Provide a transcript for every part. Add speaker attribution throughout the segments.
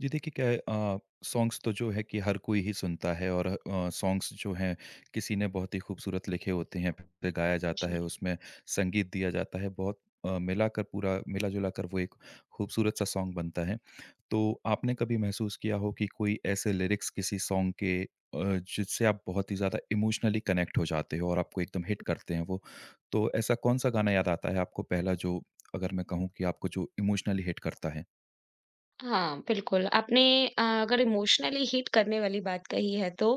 Speaker 1: जी देखिए क्या है। सॉन्ग्स तो जो है कि हर कोई ही सुनता है। और सॉन्ग्स जो हैं किसी ने बहुत ही खूबसूरत लिखे होते हैं, फिर गाया जाता है, उसमें संगीत दिया जाता है। बहुत मिलाकर, पूरा मिला जुला कर वो एक खूबसूरत सा सॉन्ग बनता है। तो आपने कभी महसूस किया हो कि कोई ऐसे लिरिक्स किसी सॉन्ग के जिससे आप बहुत ही ज़्यादा इमोशनली कनेक्ट हो जाते हो और आपको एकदम हिट करते हैं वो। तो ऐसा कौन सा गाना याद आता है आपको पहला जो, अगर मैं कहूँ कि आपको जो इमोशनली हिट करता है?
Speaker 2: हाँ, बिल्कुल। आपने अगर इमोशनली हिट करने वाली बात कही है तो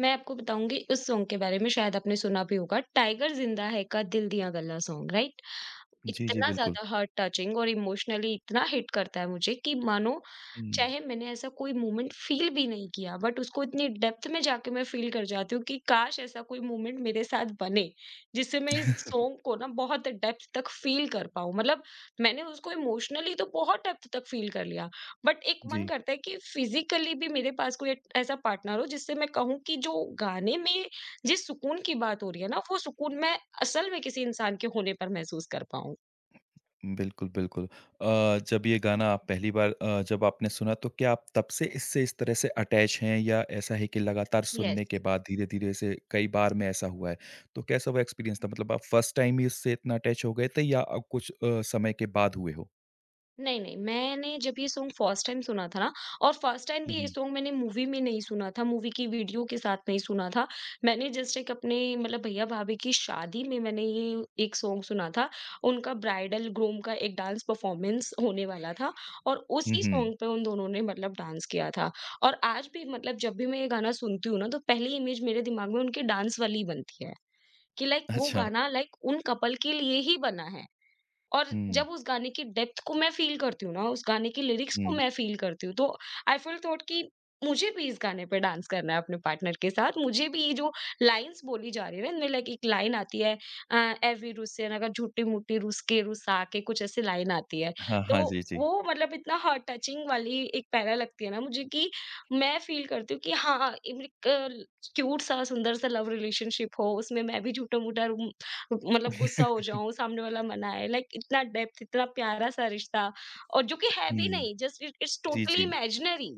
Speaker 2: मैं आपको बताऊँगी उस सॉन्ग के बारे में। शायद आपने सुना भी होगा, टाइगर ज़िंदा है का दिल दिया गल्ला सॉन्ग, राइट?
Speaker 1: जी, जी
Speaker 2: इतना
Speaker 1: बिल्कुल।
Speaker 2: ज़्यादा हार्ट टचिंग और इमोशनली इतना हिट करता है मुझे कि मानो,
Speaker 1: हुँ।
Speaker 2: चाहे मैंने ऐसा कोई मोमेंट फ़ील भी नहीं किया बट उसको इतनी डेप्थ में जाके मैं फ़ील कर जाती हूँ कि काश ऐसा कोई मोमेंट मेरे साथ बने, जिससे मैं इस सॉन्ग को ना बहुत डेप्थ तक फ़ील कर पाऊँ। मतलब मैंने उसको इमोशनली तो बहुत डेप्थ तक फ़ील कर लिया, बट एक मन
Speaker 1: जी,
Speaker 2: करता है कि फ़िज़िकली भी मेरे पास कोई एक ऐसा पार्टनर हो, जिससे मैं कहूँ कि जो गाने में, जिस सुकून की बात हो रही है ना, वो सुकून मैं असल में किसी इंसान के होने पर महसूस कर पाऊँ।
Speaker 1: बिल्कुल, बिल्कुल। जब ये गाना आप पहली बार, जब आपने सुना तो क्या आप तब से इससे इस तरह से अटैच हैं, या ऐसा है कि लगातार सुनने के
Speaker 2: यस।
Speaker 1: बाद धीरे-धीरे से कई बार में ऐसा हुआ है? तो कैसा वो एक्सपीरियंस था? मतलब आप फर्स्ट टाइम ही इससे इतना अटैच हो गए थे, या अब कुछ समय के बाद हुए हो?
Speaker 2: नहीं, नहीं, मैंने जब ये सॉन्ग फर्स्ट टाइम सुना था ना, और फर्स्ट टाइम भी
Speaker 1: हुँ,
Speaker 2: ये
Speaker 1: हुँ।
Speaker 2: सॉन्ग मैंने मूवी में नहीं सुना था, मूवी की वीडियो के साथ नहीं सुना था। मैंने जस्ट एक अपने, मतलब भैया-भाभी की शादी में मैंने ये एक सॉन्ग सुना था। उनका ब्राइडल ग्रूम का एक डांस परफॉर्मेंस होने वाला था और
Speaker 1: हुँ,
Speaker 2: उसी
Speaker 1: हुँ।
Speaker 2: सॉन्ग पे उन दोनों ने मतलब डांस किया था। और आज भी मतलब जब भी मैं ये गाना सुनती हूँ ना, तो पहली इमेज मेरे दिमाग में उनके डांस वाली ही बनती है। कि लाइक वो
Speaker 1: अच्छा।
Speaker 2: गाना, लाइक उन कपल के लिए ही बना है। और
Speaker 1: हुँ,
Speaker 2: जब उस गाने की डेप्थ को मैं फ़ील करती हूँ ना, उस गाने की लिरिक्स को
Speaker 1: हुँ।
Speaker 2: मैं फ़ील करती हूँ, तो आई फील थॉट कि मुझे भी इस गाने पे डांस करना है अपने पार्टनर के साथ। मुझे भी ये जो लाइन्स बोली जा रही है ना, इनमें लाइक एक लाइन आती है, अ, "ए वी रुस्से नगा झूठी-मूठी रुस के रुसा के", कुछ ऐसी लाइन आती है।
Speaker 1: हाँ, हाँ।
Speaker 2: तो
Speaker 1: जी, जी।
Speaker 2: वो मतलब इतना हार्ट टचिंग वाली एक पैरा लगती है ना मुझे कि मैं फ़ील करती हूँ कि हाँ, एक क्यूट सा सुंदर सा लव रिलेशनशिप हो, उसमें मैं भी झूठा-मूठा मतलब गुस्सा हो जाऊँ, सामने वाला मनाए, लाइक इतना डेप्थ, इतना प्यारा-सा रिश्ता। और जो कि है भी
Speaker 1: हुँ।
Speaker 2: नहीं, जस्ट इट इट्स
Speaker 1: जी,
Speaker 2: टोटली
Speaker 1: जी।
Speaker 2: इमेजिनरी।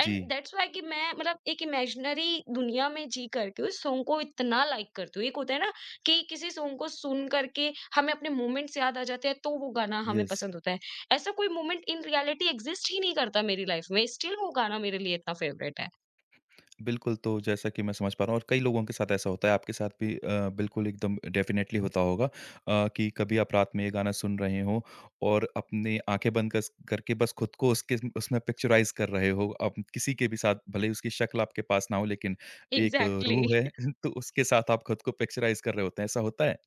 Speaker 2: एंड
Speaker 1: जी।
Speaker 2: दैट्स व्हाई कि मैं मतलब एक इमेजिनरी दुनिया में जी करके उस सॉन्ग को इतना लाइक करती हूँ। एक होता है ना कि किसी सॉन्ग को सुन करके हमें अपने मोमेंट्स याद आ जाते हैं, तो वो गाना हमें
Speaker 1: यस।
Speaker 2: पसंद होता है। ऐसा कोई मोमेंट इन रियलिटी एग्ज़िस्ट ही नहीं करता मेरी लाइफ़ में, स्टिल वो गाना मेरे लिए इतना फ़ेवरेट है।
Speaker 1: बिल्कुल, तो जैसा कि मैं समझ पा रहा हूँ और कई लोगों के साथ ऐसा होता है, आपके साथ भी बिल्कुल एकदम डेफ़िनेटली होता होगा कि कभी आप रात में ये गाना सुन रहे हो और अपनी आँखें बंद कस करके बस खुद को उसके उसमें पिक्चराइज़ कर रहे हो। आप किसी के भी साथ भले ही उसकी शक्ल आपके पास ना हो, लेकिन एक
Speaker 2: एग्ज़ैक्टली।
Speaker 1: रूह है, तो उसके साथ आप खुद को पिक्चराइज़ कर रहे होते हैं, ऐसा होता है?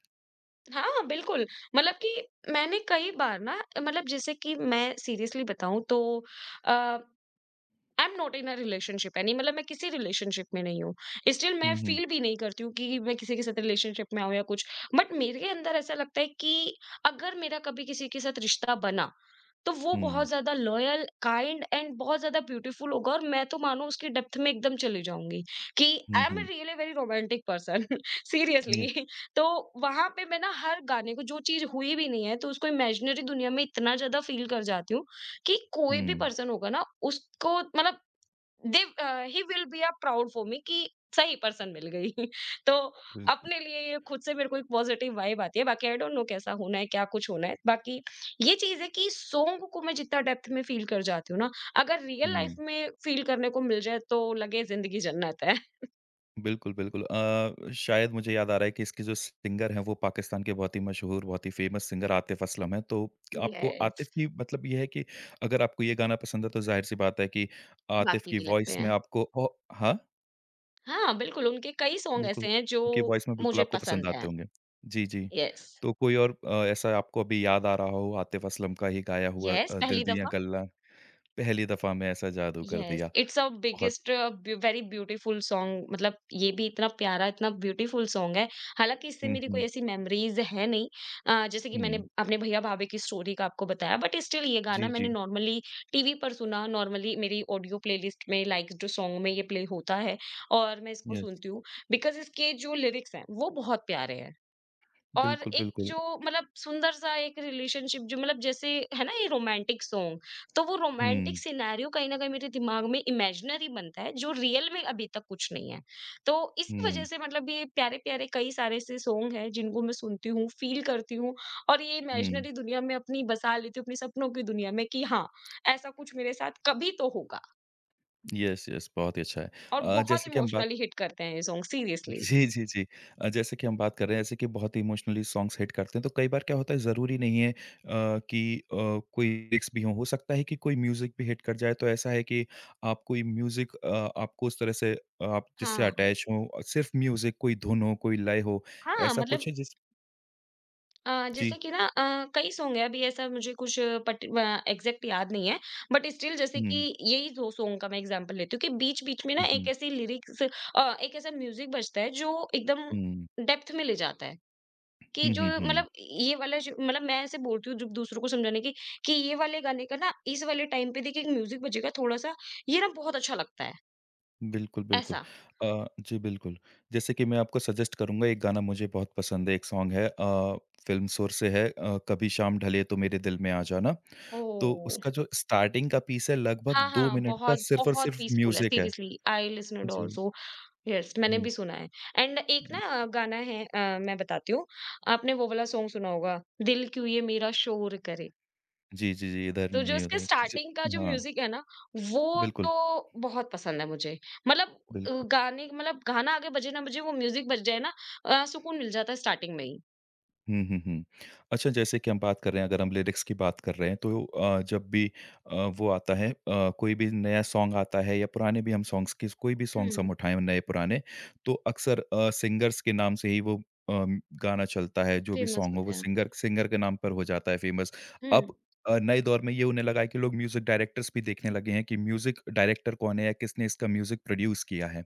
Speaker 2: हाँ, बिल्कुल। मतलब कि मैंने कई बार ना, मतलब जैसे कि मैं सीरियसली बताऊँ तो uh, I am not in a relationship any, मतलब मैं किसी रिलेशनशिप में नहीं हूँ। स्टिल मैं
Speaker 1: हुँ, हुँ।
Speaker 2: फील भी नहीं करती हूँ कि मैं किसी के साथ रिलेशनशिप में आऊँ या कुछ। बट मेरे अंदर ऐसा लगता है कि अगर मेरा कभी किसी के साथ रिश्ता बना, तो वो
Speaker 1: हुँ।
Speaker 2: बहुत ज्यादा लॉयल, काइंड एंड बहुत ज्यादा ब्यूटीफुल होगा, और मैं तो मानो उसकी डेप्थ में एकदम चली जाऊंगी। कि आई
Speaker 1: हुँ,
Speaker 2: एम
Speaker 1: हुँ।
Speaker 2: Really very romantic person, seriously.
Speaker 1: Yes.
Speaker 2: तो वहां पे मैं ना हर गाने को, जो चीज हुई भी नहीं है, तो उसको इमेजिनरी दुनिया में इतना ज्यादा फील कर जाती हूँ कि कोई भी
Speaker 1: हुँ,
Speaker 2: पर्सन होगा ना, उसको मतलब he will be a proud for me कि सही पर्सन मिल गई। तो
Speaker 1: बिल्कुल।
Speaker 2: अपने लिए ये खुद से मेरे को एक पॉजिटिव वाइब आती है। बाकी आई डोंट नो कैसा होना है, क्या कुछ होना है। बाकी ये चीज है कि सॉन्ग को मैं जितना डेप्थ में फील कर जाती हूँ ना, अगर रियल लाइफ
Speaker 1: हुँ।
Speaker 2: में फील करने को मिल जाए तो लगे जिंदगी जन्नत है।
Speaker 1: बिल्कुल, बिल्कुल। शायद मुझे याद आ रहा है कि इसके जो सिंगर हैं वो पाकिस्तान के बहुत ही मशहूर, बहुत ही फ़ेमस सिंगर आतिफ़ असलम हैं। तो आपको
Speaker 2: यस।
Speaker 1: आतिफ़ की, मतलब ये है कि अगर आपको ये गाना पसंद है तो ज़ाहिर-सी बात है कि आतिफ़
Speaker 2: बाकी
Speaker 1: की
Speaker 2: भी लगते
Speaker 1: वॉइस में
Speaker 2: हैं।
Speaker 1: आपको औ हाँ,
Speaker 2: हाँ, बिल्कुल, उनके कई सॉन्ग
Speaker 1: बिल्कुल,
Speaker 2: ऐसे हैं जो
Speaker 1: उनकी वॉइस में बिल्कुल
Speaker 2: मुझे
Speaker 1: आपको
Speaker 2: पसंद
Speaker 1: पसंद
Speaker 2: हैं।
Speaker 1: आते होंगे। जी, जी।
Speaker 2: यस।
Speaker 1: तो कोई और ऐसा आपको अभी याद आ रहा हो आतिफ़ असलम का ही गाया हुआ,
Speaker 2: यस,
Speaker 1: दिल
Speaker 2: पहली
Speaker 1: दिया
Speaker 2: दफा।
Speaker 1: गल्ला, पहली दफ़ा में ऐसा जादू कर
Speaker 2: यस,
Speaker 1: दिया।
Speaker 2: इट्स अ
Speaker 1: बहुत
Speaker 2: बिगेस्ट, बे, वेरी ब्यूटीफुल सॉन्ग, मतलब ये भी इतना प्यारा, इतना ब्यूटीफुल सॉन्ग है। हालाँकि इससे
Speaker 1: हुँ,
Speaker 2: मेरी कोई
Speaker 1: हुँ,
Speaker 2: ऐसी मेमोरीज़ है नहीं, जैसे कि मैंने
Speaker 1: हुँ।
Speaker 2: अपने भैया भाभी की स्टोरी का आपको बताया, बट स्टिल ये गाना
Speaker 1: जी,
Speaker 2: मैंने
Speaker 1: जी।
Speaker 2: नॉर्मली टीवी पर सुना, नॉर्मली मेरी ऑडियो प्लेलिस्ट में लाइक्स टू सॉन्ग में ये प्ले होता है और मैं इसको
Speaker 1: यस।
Speaker 2: सुनती हूँ, बिकॉज़ इसके जो लिरिक्स हैं वो बहुत प्यारे हैं। और
Speaker 1: बिल्कुल,
Speaker 2: एक
Speaker 1: बिल्कुल।
Speaker 2: जो मतलब सुंदर सा एक रिलेशनशिप जो, मतलब जैसे है ना ये रोमांटिक सॉन्ग, तो वो रोमांटिक
Speaker 1: हुँ।
Speaker 2: सिनेरियो कहीं ना कहीं मेरे दिमाग में इमेजिनरी बनता है, जो रियल में अभी तक कुछ नहीं है। तो इसी वजह
Speaker 1: हुँ,
Speaker 2: से मतलब ये प्यारे प्यारे कई सारे ऐसे सॉन्ग हैं जिनको मैं सुनती हूँ, फील करती हूँ और ये
Speaker 1: हुँ।
Speaker 2: इमेजिनरी दुनिया में अपनी बसा लेती हूँ, अपने सपनों की दुनिया में कि हाँ, ऐसा कुछ मेरे साथ कभी तो होगा।
Speaker 1: यस, यस बहुत ही अच्छा है।
Speaker 2: और बहुत
Speaker 1: जैसे कि हम बात
Speaker 2: इमोशनली हिट करते हैं ये सॉन्ग, सीरियसली।
Speaker 1: जी, जी, जी। जैसे कि हम बात कर रहे हैं, जैसे कि बहुत ही इमोशनली सॉन्ग्स हिट करते हैं, तो कई बार क्या होता है, ज़रूरी नहीं है कि कोई लिरिक्स भी हों, हो सकता है कि कोई म्यूज़िक भी हिट कर जाए। तो ऐसा है कि आप कोई म्यूज़िक, आपको उस तरह से आप जिससे
Speaker 2: हाँ,
Speaker 1: अटैच हों और सिर्फ़ म्यूज़िक, कोई धुन हो, कोई लय हो,
Speaker 2: हाँ,
Speaker 1: ऐसा
Speaker 2: मतलब
Speaker 1: कुछ है जिस
Speaker 2: जैसे
Speaker 1: जी।
Speaker 2: कि ना कई सॉन्ग है, अभी ऐसा मुझे कुछ एग्ज़ैक्ट याद नहीं है, बट स्टिल जैसे कि
Speaker 1: हुँ,
Speaker 2: यही 2 सॉन्ग का मैं एग्ज़ाम्पल लेती हूँ कि बीच-बीच में ना
Speaker 1: हुँ,
Speaker 2: एक
Speaker 1: हुँ,
Speaker 2: ऐसी लिरिक्स, एक ऐसा म्यूज़िक बजता है जो एकदम
Speaker 1: हुँ।
Speaker 2: डेप्थ में ले जाता है, कि
Speaker 1: हुँ,
Speaker 2: जो
Speaker 1: हुँ, हुँ।
Speaker 2: मतलब ये वाला, जो मतलब मैं ऐसे बोलती हूँ जब दूसरों को समझाने की, कि ये वाले गाने का ना इस वाले टाइम पे देखिए एक म्यूज़िक बजेगा थोड़ा-सा, ये ना बहुत अच्छा लगता है,
Speaker 1: बिल्कुल, बिल्कुल।
Speaker 2: ऐसा।
Speaker 1: जी, बिल्कुल। जैसे कि मैं आपको सजेस्ट करूँगा, एक गाना मुझे बहुत पसंद है, एक सॉन्ग है, फ़िल्म सोर से है, कभी शाम ढले तो मेरे दिल में आ जाना। तो
Speaker 2: ओह!
Speaker 1: उसका जो स्टार्टिंग का पीस है लगभग
Speaker 2: हाँ,
Speaker 1: 2
Speaker 2: हाँ,
Speaker 1: मिनट का,
Speaker 2: बहुत,
Speaker 1: सिर्फ़ और
Speaker 2: बहुत
Speaker 1: सिर्फ़
Speaker 2: पीसफुल है,
Speaker 1: म्यूज़िक है।
Speaker 2: सीरियसली, आई लिस्टेंड
Speaker 1: जी,
Speaker 2: ऑल्सो। यस, yes, मैंने
Speaker 1: हुँ।
Speaker 2: भी सुना है। एंड एक ना
Speaker 1: जी,
Speaker 2: गाना है, मैं बताती हूँ, आपने वो वाला सॉन्ग सुना होगा, दिल क्यों ये मेरा शोर करे।
Speaker 1: जी, जी, जी, इधर
Speaker 2: तो जो
Speaker 1: नहीं
Speaker 2: उसके
Speaker 1: उधर। जी,
Speaker 2: स्टार्टिंग का जो
Speaker 1: हाँ,
Speaker 2: म्यूज़िक है ना, वो
Speaker 1: बिल्कुल,
Speaker 2: तो बहुत पसंद है मुझे। मतलब
Speaker 1: बिल्कुल।
Speaker 2: गाने, मतलब गाना आगे बजे ना बजे, वो म्यूज़िक बज जाए ना, सुकून मिल जाता है स्टार्टिंग में ही।
Speaker 1: हुँ, हुँ, हुँ। अच्छा, जैसे कि हम बात कर रहे हैं, अगर हम लिरिक्स की बात कर रहे हैं तो जब भी वो आता है, कोई भी नया सॉन्ग आता है या पुराने भी, हम सॉन्ग्स की, कोई भी सॉन्ग्स
Speaker 2: हुँ।
Speaker 1: हम उठाएँ नए पुराने, तो अक्सर सिंगर्स के नाम से ही वो गाना चलता है, जो भी
Speaker 2: फेमस
Speaker 1: सॉन्ग हो
Speaker 2: होते
Speaker 1: वो
Speaker 2: हैं।
Speaker 1: सिंगर सिंगर के नाम पर हो जाता है फ़ेमस।
Speaker 2: हुँ।
Speaker 1: अब नए दौर में ये होने लगा है कि लोग म्यूज़िक डायरेक्टर्स भी देखने लगे हैं कि म्यूज़िक डायरेक्टर कौन है, या किसने इसका म्यूज़िक प्रोड्यूस किया है।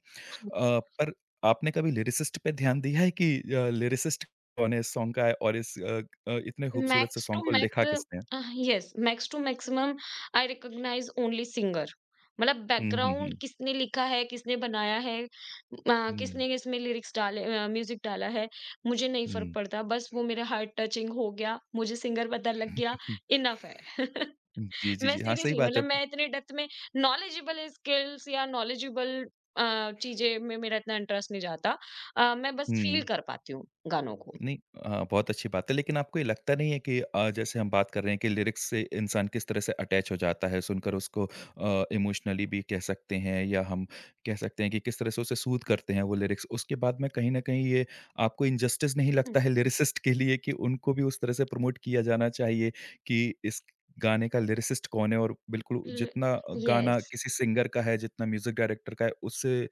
Speaker 1: पर आपने कभी लिरिसिस्ट पे ध्यान दिया है कि लिरिसिस्ट कौन है इस सॉन्ग का है, और इस अ इतने खूबसूरत से
Speaker 2: Max to
Speaker 1: सॉन्ग को
Speaker 2: max,
Speaker 1: लिखा किसने है?
Speaker 2: Yes, max to maximum, I recognise only singer. मतलब
Speaker 1: हुँ, हुँ,
Speaker 2: बैकग्राउंड
Speaker 1: हुँ।
Speaker 2: किसने लिखा है, किसने बनाया है,
Speaker 1: हुँ,
Speaker 2: किसने इसमें लिरिक्स डाले, म्यूजिक डाला है, मुझे नहीं फ़र्क
Speaker 1: हुँ।
Speaker 2: पड़ता। बस वो मेरा हार्ट टचिंग हो गया, मुझे सिंगर पता लग गया, इनफ है।
Speaker 1: जी, जी,
Speaker 2: मैं
Speaker 1: जी। हाँ, सही
Speaker 2: सीरियसली,
Speaker 1: बात है।
Speaker 2: मतलब मैं इतने डेप्थ में नॉलेजेबल स्किल्स या नॉलेजेबल चीज़ें में मेरा इतना इंटरेस्ट नहीं जाता। मैं बस फ़ील
Speaker 1: हुँ।
Speaker 2: कर पाती हूँ गानों को।
Speaker 1: नहीं, बहुत अच्छी बात है, लेकिन आपको ये लगता नहीं है कि, अ, जैसे हम बात कर रहे हैं कि लिरिक्स से इंसान किस तरह से अटैच हो जाता है, सुनकर उसको, इमोशनली भी कह सकते हैं, या हम कह सकते हैं कि किस तरह से उसे सूद करते हैं वो लिरिक्स। उसके बाद में कहीं न कहीं ये आपको इनजस्टिस नहीं
Speaker 2: हुँ,
Speaker 1: लगता है लिरिसिस्ट के लिए, कि उनको भी उस तरह से प्रमोट किया जाना चाहिए कि इस गाने का लिरिसिस्ट कौन है, और बिल्कुल
Speaker 2: ल
Speaker 1: जितना
Speaker 2: येस,
Speaker 1: गाना किसी सिंगर का है, जितना म्यूज़िक डायरेक्टर का है, उससे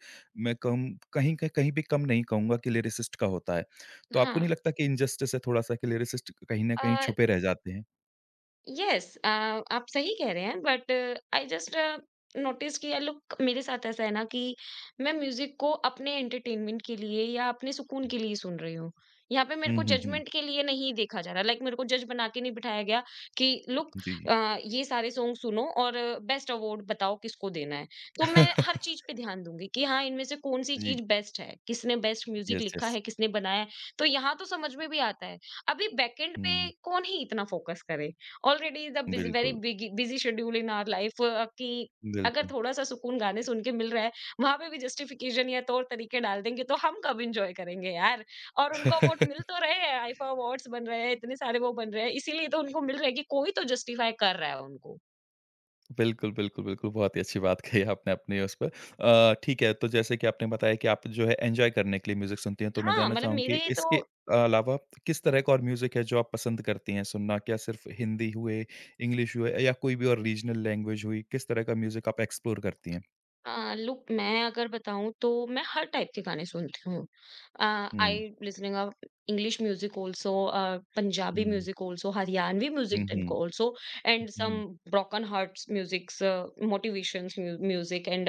Speaker 1: मैं कम, कहीं क कहीं भी कम नहीं कहूँगा कि लिरिसिस्ट का होता है। तो आपको
Speaker 2: हाँ।
Speaker 1: नहीं लगता कि इनजस्टिस है थोड़ा-सा कि लिरिसिस्ट कहीं न कहीं
Speaker 2: Uh,
Speaker 1: छुपे रह जाते हैं?
Speaker 2: यस, आप सही कह रहे हैं, बट आई जस्ट नोटिस किया। लुक, मेरे साथ ऐसा है ना कि मैं म्यूजिक को अपने एंटरटेनमेंट के लिए या अपने सुकून के लिए ही सुन रही हूँ। यहाँ पे मेरे को
Speaker 1: हुँ, हुँ, हुँ।
Speaker 2: जजमेंट के लिए नहीं देखा जा रहा, लाइक मेरे को जज बना के नहीं बिठाया गया कि लुक,
Speaker 1: जी।
Speaker 2: ये सारे सॉन्ग सुनो और बेस्ट अवार्ड बताओ किसको देना है। तो मैं हर चीज पे ध्यान दूंगी कि हाँ, इनमें से कौन सी चीज
Speaker 1: जी।
Speaker 2: बेस्ट है, किसने बेस्ट म्यूजिक
Speaker 1: यस,
Speaker 2: लिखा
Speaker 1: यस।
Speaker 2: है, किसने बनाया है। तो यहाँ तो समझ में भी आता है, अभी बैकएंड पे
Speaker 1: हुँ,
Speaker 2: कौन ही इतना फोकस करे। ऑलरेडी द बिज वेरी
Speaker 1: बिल्कुल,
Speaker 2: busy schedule in our life कि अगर
Speaker 1: बिल्कुल।
Speaker 2: थोड़ा सा सुकून गाने सुन के मिल रहा है, वहां पे भी जस्टिफिकेशन या तौर तरीके डाल देंगे, तो हम कब इंजॉय करेंगे यार? और उनको अवार्ड मिल तो रहे हैं, आईफा अवार्ड्स बन रहे हैं इतने सारे, वो बन रहे हैं इसीलिए तो उनको मिल रहा है कि कोई तो जस्टिफाई कर रहा है उनको।
Speaker 1: बिल्कुल, बिल्कुल, बिल्कुल, बहुत ही अच्छी बात कही आपने अपनी उस पे। ठीक है, तो जैसे कि आपने बताया कि आप जो है एन्जॉय करने के लिए म्यूज़िक सुनती हैं, तो मैं
Speaker 2: हाँ,
Speaker 1: जानना
Speaker 2: मतलब
Speaker 1: चाहूँ कि
Speaker 2: मेरे तो,
Speaker 1: इसके अलावा किस तरह का और म्यूज़िक है जो आप पसंद करती हैं सुनना? क्या सिर्फ़ हिंदी हुए, इंग्लिश हुए, या कोई भी और रीजनल लैंग्वेज हुई, किस तरह का म्यूज़िक आप एक्सप्लोर करती हैं?
Speaker 2: लुक, मैं अगर बताऊं तो मैं हर टाइप के गाने सुनती हूँ। आई
Speaker 1: हुँ,
Speaker 2: listening of English music also, Punjabi
Speaker 1: हुँ।
Speaker 2: म्यूजिक ऑल्सो, हरियाणवी म्यूजिक
Speaker 1: हुँ,
Speaker 2: देन
Speaker 1: हुँ।
Speaker 2: ऑल्सो, एंड सम
Speaker 1: हुँ,
Speaker 2: broken hearts musics, motivation music, and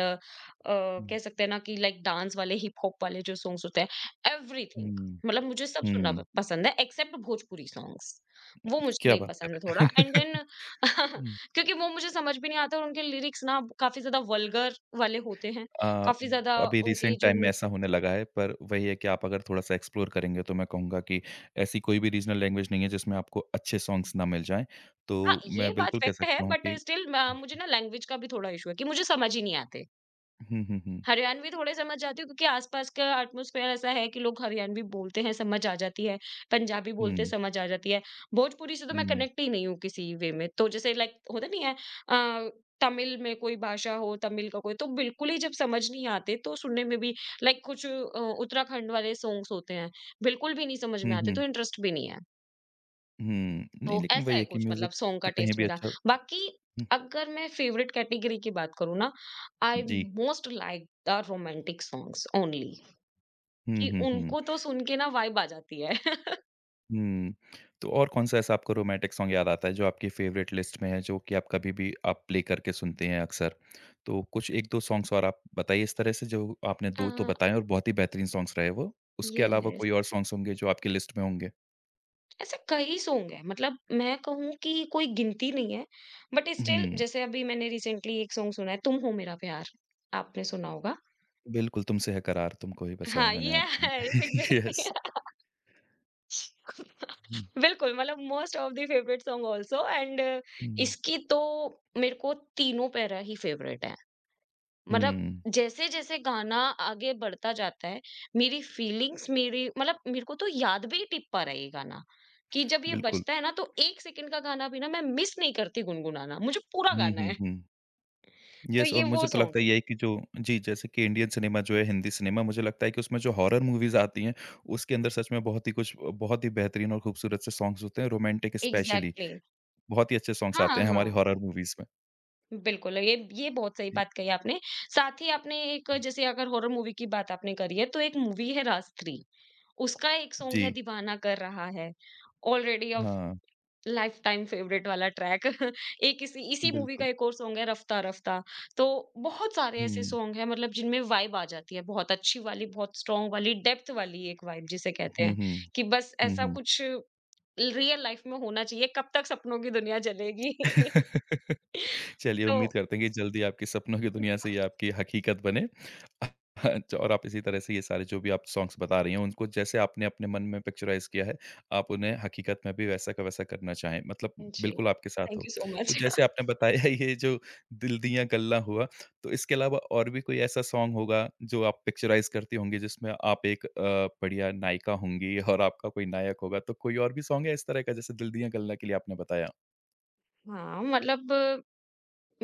Speaker 1: हुँ,
Speaker 2: कह सकते हैं ना कि लाइक डांस वाले, हिप हॉप वाले जो सॉन्ग्स होते हैं, एवरीथिंग।
Speaker 1: हुँ,
Speaker 2: मतलब मुझे सब सुनना
Speaker 1: हुँ।
Speaker 2: पसंद है, एक्सेप्ट भोजपुरी सॉन्ग्स। वो मुझे
Speaker 1: क्या
Speaker 2: नहीं
Speaker 1: बात
Speaker 2: पसंद
Speaker 1: कर
Speaker 2: है
Speaker 1: रहे
Speaker 2: थोड़ा, एंड
Speaker 1: हैं।
Speaker 2: देन
Speaker 1: हुँ।
Speaker 2: क्योंकि वो मुझे समझ भी नहीं आता और उनके लिरिक्स ना काफ़ी ज़्यादा वल्गर वाले होते हैं।
Speaker 1: अ,
Speaker 2: काफ़ी ज़्यादा
Speaker 1: अभी
Speaker 2: उनकी
Speaker 1: रिसेंट
Speaker 2: जो,
Speaker 1: टाइम में ऐसा होने लगा है, पर वही है कि आप अगर थोड़ा-सा एक्सप्लोर करेंगे, तो मैं कहूँगा कि ऐसी कोई भी रीजनल लैंग्वेज नहीं है, जिसमें आपको अच्छे सॉन्ग्स ना मिल जाएँ।
Speaker 2: हाँ,
Speaker 1: तो
Speaker 2: ये
Speaker 1: मैं
Speaker 2: बात
Speaker 1: बिल्कुल कह
Speaker 2: फ़ैक्ट है,
Speaker 1: सकता हूँ
Speaker 2: बट
Speaker 1: कि
Speaker 2: स्टिल म मुझे ना लैंग्वेज का भी थोड़ा इश्यू है कि मुझे समझ ही नहीं आते।
Speaker 1: हुँ, हुँ, हुँ,
Speaker 2: हरियाणवी थोड़े समझ जाती हूँ क्योंकि आसपास का एटमॉस्फेयर ऐसा है कि लोग हरियाणवी बोलते हैं, समझ आ जाती है, पंजाबी बोलते हैं,
Speaker 1: हुँ,
Speaker 2: समझ आ जाती है। भोजपुरी से तो मैं
Speaker 1: हुँ,
Speaker 2: कनेक्ट ही नहीं हूँ किसी वे में। तो जैसे लाइक होता नहीं है, अ, तमिल में कोई भाषा हो, तमिल का कोई, तो बिल्कुल ही जब समझ नहीं आते तो सुनने में भी लाइक कुछ, उत्तराखंड वाले सॉन्ग्स होते हैं, बिल्कुल भी नहीं समझ में
Speaker 1: हुँ,
Speaker 2: आते, तो
Speaker 1: हुँ,
Speaker 2: इंटरेस्ट भी नहीं है।
Speaker 1: हुँ। नहीं,
Speaker 2: तो
Speaker 1: लेकिन
Speaker 2: ऐसा
Speaker 1: वही
Speaker 2: है
Speaker 1: है कि
Speaker 2: कुछ, मतलब
Speaker 1: म्यूज़िक
Speaker 2: सॉन्ग का
Speaker 1: तो कहीं
Speaker 2: टेस्ट
Speaker 1: भी
Speaker 2: मेरा।
Speaker 1: अच्छा हुँ,
Speaker 2: बाकी अगर मैं फेवरेट कैटेगरी की बात करूँ ना, आई
Speaker 1: जी।
Speaker 2: Most like the romantic songs only,
Speaker 1: हुँ,
Speaker 2: कि
Speaker 1: हुँ, हुँ।
Speaker 2: उनको तो सुन के ना वाइब आ जाती है।
Speaker 1: हुँ। तो और कौन-सा ऐसा आपको रोमांटिक सॉन्ग याद आता है जो आपकी फ़ेवरेट लिस्ट में है, जो कि आप कभी भी आप प्ले करके सुनते हैं अक्सर? तो कुछ 1-2 सॉन्ग्स, और आप बताइए इस तरह से जो आपने
Speaker 2: अ,
Speaker 1: 2 तो बताए और बहुत ही बेहतरीन सॉन्ग्स रहे वो। उसके अलावा
Speaker 2: यस,
Speaker 1: कोई और सॉन्ग्स होंगे जो आपकी लिस्ट में होंगे?
Speaker 2: ऐसे कई सॉन्ग हैं, मतलब मैं कहूँ कि कोई गिनती नहीं है, बट स्टिल
Speaker 1: हुँ,
Speaker 2: जैसे अभी मैंने रिसेंटली एक सॉन्ग सुना है, तुम हो मेरा प्यार, आपने सुना होगा।
Speaker 1: बिल्कुल, तुमसे है करार, तुमको ही बसाया है
Speaker 2: हाँ,
Speaker 1: मैंने
Speaker 2: यस।
Speaker 1: आँखों में।
Speaker 2: एग्ज़ैक्टली।
Speaker 1: यस। हुँ,
Speaker 2: बिल्कुल, मतलब most of the favourite song also and
Speaker 1: हुँ,
Speaker 2: इसकी तो मेरे को तीनों पैरा ही फेवरेट है। मतलब
Speaker 1: हुँ।
Speaker 2: जैसे-जैसे गाना आगे बढ़ता जाता है, मेरी फीलिंग्स मेरी मतलब मेरे को तो याद भी टिप पा रहा है ये गाना, कि जब ये
Speaker 1: बिल्कुल।
Speaker 2: बजता है ना तो 1 सेकंड का गाना भी ना मैं मिस नहीं करती गुनगुनाना, मुझे पूरा
Speaker 1: हुँ,
Speaker 2: गाना
Speaker 1: हुँ,
Speaker 2: है।
Speaker 1: हुँ।
Speaker 2: तो
Speaker 1: येस,
Speaker 2: ये
Speaker 1: और
Speaker 2: वो
Speaker 1: मुझे तो
Speaker 2: सॉन्ग
Speaker 1: लगता है यही कि जो जी, जैसे कि इंडियन सिनेमा जो है, हिंदी सिनेमा, मुझे लगता है कि उसमें जो हॉरर मूवीज़ आती हैं, उसके अंदर सच में बहुत ही कुछ बहुत ही बेहतरीन और खूबसूरत से सॉन्ग्स होते हैं, रोमांटिक स्पेशली,
Speaker 2: एग्ज़ैक्टली।
Speaker 1: बहुत ही अच्छे सॉन्ग्स
Speaker 2: हाँ,
Speaker 1: आते हैं हमारी
Speaker 2: हाँ।
Speaker 1: हॉरर मूवीज़ में।
Speaker 2: बिल्कुल, ये बहुत सही
Speaker 1: जी,
Speaker 2: बात कही आपने। साथ ही आपने एक, जैसे अगर हॉरर मूवी की बात आपने करी है, तो एक मूवी है राज 3। उसका एक सॉन्ग है
Speaker 1: जी,
Speaker 2: दीवाना कर रहा है। ऑलरेडी अब
Speaker 1: हाँ,
Speaker 2: लाइफ़टाइम फ़ेवरेट वाला ट्रैक। एक इसी इसी मूवी का
Speaker 1: बिल्कुल।
Speaker 2: एक और सॉन्ग है रफ्ता रफ्ता। तो बहुत सारे ऐसे
Speaker 1: हुँ,
Speaker 2: सॉन्ग हैं मतलब जिनमें वाइब आ जाती है, बहुत अच्छी वाली, बहुत स्ट्रॉन्ग वाली, डेप्थ वाली एक वाइब जिसे कहते
Speaker 1: हुँ,
Speaker 2: हैं,
Speaker 1: हुँ,
Speaker 2: कि बस
Speaker 1: हुँ,
Speaker 2: ऐसा
Speaker 1: हुँ।
Speaker 2: कुछ रियल लाइफ़ में होना चाहिए। कब तक सपनों की दुनिया चलेगी?
Speaker 1: चलिए,
Speaker 2: तो
Speaker 1: उम्मीद करते हैं कि जल्दी आपके सपनों की दुनिया से ये आपकी हकीकत बने। और आप इसी तरह से ये सारे जो भी आप सॉन्ग्स बता रही हैं, उनको जैसे आपने अपने मन में पिक्चराइज़ किया है, आप उन्हें हकीकत में भी वैसा का वैसा करना चाहें, मतलब
Speaker 2: जी।
Speaker 1: बिल्कुल आपके साथ
Speaker 2: थैंक
Speaker 1: हो।
Speaker 2: यू सो
Speaker 1: तो
Speaker 2: मच।
Speaker 1: जैसे आपने बताया ये जो दिल दियाँ गल्ला हुआ, तो इसके अलावा और भी कोई ऐसा सॉन्ग होगा जो आप पिक्चराइज़ करती होंगी जिसमें आप एक बढ़िया नायिका होंगी और आपका कोई नायक होगा, तो कोई और भी सॉन्ग है इस तरह का जैसे दिल दियाँ गल्ला के लिए आपने बताया?
Speaker 2: हाँ, मतलब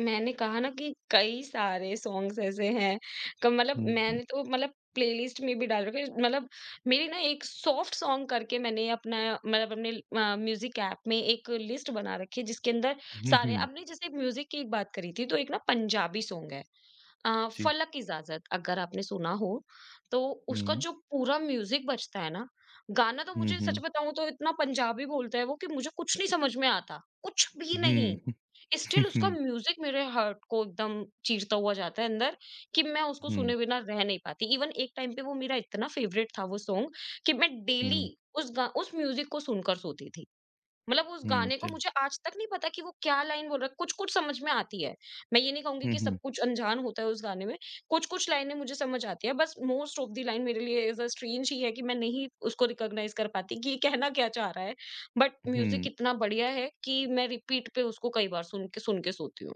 Speaker 2: मैंने कहा ना कि कई सारे सॉन्ग्स ऐसे हैं, क मतलब
Speaker 1: हुँ,
Speaker 2: मैंने तो, मतलब, प्लेलिस्ट में भी डाल रखे हैं। मतलब मेरी ना एक सॉफ्ट सॉन्ग करके मैंने अपना मतलब अपने म्यूज़िक ऐप में एक लिस्ट बना रखी है, जिसके अंदर
Speaker 1: हुँ,
Speaker 2: सारे,
Speaker 1: हुँ,
Speaker 2: आपने जैसे म्यूज़िक की एक बात करी थी, तो एक ना पंजाबी सॉन्ग है।
Speaker 1: जी।
Speaker 2: फलक इजाजत, अगर आपने सुना हो, तो उसका
Speaker 1: हुँ।
Speaker 2: जो पूरा म्यूजिक बजता है ना, गाना तो
Speaker 1: हुँ,
Speaker 2: मुझे सच
Speaker 1: हुँ।
Speaker 2: बताऊँ तो इतना पंजाबी बोलता है वो, कि मुझे कुछ नहीं समझ में आता, कुछ भी नहीं।
Speaker 1: हुँ।
Speaker 2: स्टिल उसका म्यूजिक मेरे हार्ट को एकदम चीरता हुआ जाता है अंदर, कि मैं उसको
Speaker 1: हुँ,
Speaker 2: सुने बिना रह नहीं पाती। इवन एक टाइम पे वो मेरा इतना फेवरेट था वो सॉन्ग, कि मैं डेली
Speaker 1: हुँ,
Speaker 2: उस म्यूजिक को सुनकर सोती थी। मतलब उस
Speaker 1: हुँ,
Speaker 2: गाने को
Speaker 1: जी।
Speaker 2: मुझे आज तक नहीं पता कि वो क्या लाइन बोल रहा है, कुछ-कुछ समझ में आती है। मैं ये नहीं कहूँगी
Speaker 1: हुँ,
Speaker 2: कि सब
Speaker 1: हुँ,
Speaker 2: कुछ अनजान होता है उस गाने में, कुछ-कुछ लाइनें मुझे समझ आती है, बस मोस्ट ऑफ द लाइन मेरे लिए इज़ अ स्ट्रेंज ही है कि मैं नहीं उसको रिकॉग्नाइज़ कर पाती कि ये कहना क्या चाह रहा है। बट म्यूज़िक
Speaker 1: हुँ,
Speaker 2: इतना बढ़िया है कि मैं रिपीट पे उसको कई बार सुन के सोती हूँ।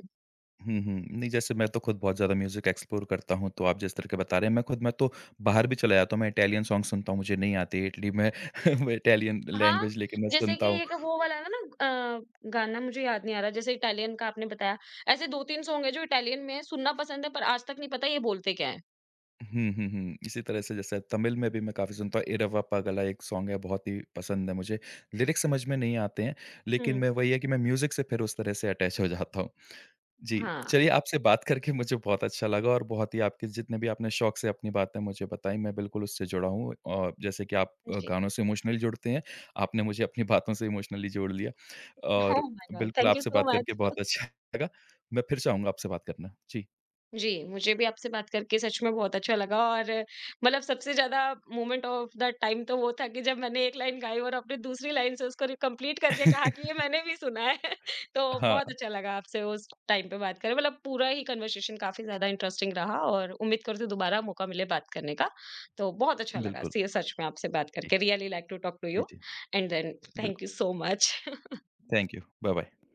Speaker 1: हुँ, हुँ। नहीं, जैसे मैं तो खुद बहुत ज़्यादा म्यूज़िक एक्सप्लोर करता हूँ, तो आप जिस तरह के बता रहे हैं, मैं खुद, मैं तो बाहर भी चला जाता हूँ, मैं इटालियन सॉन्ग सुनता हूँ, मुझे नहीं आते इटली में वो इटालियन
Speaker 2: हाँ,
Speaker 1: लैंग्वेज, लेकिन मैं
Speaker 2: जैसे कि
Speaker 1: सुनता हूँ।
Speaker 2: एक वो वाला है ना, गाना मुझे याद नहीं आ रहा, जैसे इटालियन का आपने बताया, ऐसे 2-3 सॉन्ग है जो इटालियन में है, सुनना पसंद है पर आज तक नहीं पता ये बोलते क्या है।
Speaker 1: हुँ, हुँ, हुँ। इसी तरह से जैसे तमिल में भी मैं काफ़ी सुनता हूँ, इरवा पगला एक सॉन्ग है, बहुत ही पसंद है मुझे। लिरिक्स समझ में नहीं आते हैं, लेकिन
Speaker 2: हुँ,
Speaker 1: मैं वही है कि मैं म्यूज़िक से फिर उस तरह से अटैच हो जाता हूँ। जी,
Speaker 2: हाँ।
Speaker 1: चलिए आपसे बात करके मुझे बहुत अच्छा लगा, और बहुत ही आपके जितने भी आपने शौक से अपनी बातें मुझे बताई, मैं बिल्कुल उससे जुड़ा हूँ, और जैसे कि आप
Speaker 2: जी।
Speaker 1: गानों से इमोशनली जुड़ते हैं, आपने मुझे अपनी बातों से इमोशनली जोड़ लिया, और
Speaker 2: ओह माय गॉड!
Speaker 1: बिल्कुल
Speaker 2: थैंक यू
Speaker 1: आपसे
Speaker 2: सो
Speaker 1: बात करके
Speaker 2: मच।
Speaker 1: बहुत अच्छा लगा। मैं फिर चाहूँगा आपसे बात करना। जी।
Speaker 2: जी, मुझे भी आपसे बात करके सच में बहुत अच्छा लगा, और मतलब सबसे ज़्यादा मोमेंट ऑफ द टाइम तो वो था कि जब मैंने एक लाइन गाई और आपने दूसरी लाइन से उसको रि कंप्लीट करके कहा कि ये मैंने भी सुना है। तो
Speaker 1: हाँ,
Speaker 2: बहुत अच्छा लगा आपसे उस टाइम पे बात करके, मतलब पूरा ही कन्वर्सेशन काफ़ी ज़्यादा इंटरेस्टिंग रहा, और उम्मीद करती हूँ दोबारा मौका मिले बात करने का। तो बहुत अच्छा लगा
Speaker 1: बिल्कुल।
Speaker 2: सी सच में आपसे बात
Speaker 1: जी,
Speaker 2: करके, really like to talk to
Speaker 1: जी,
Speaker 2: यू
Speaker 1: जी।
Speaker 2: And then.
Speaker 1: बिल्कुल।
Speaker 2: Thank you so much.
Speaker 1: Thank you. Bye-bye.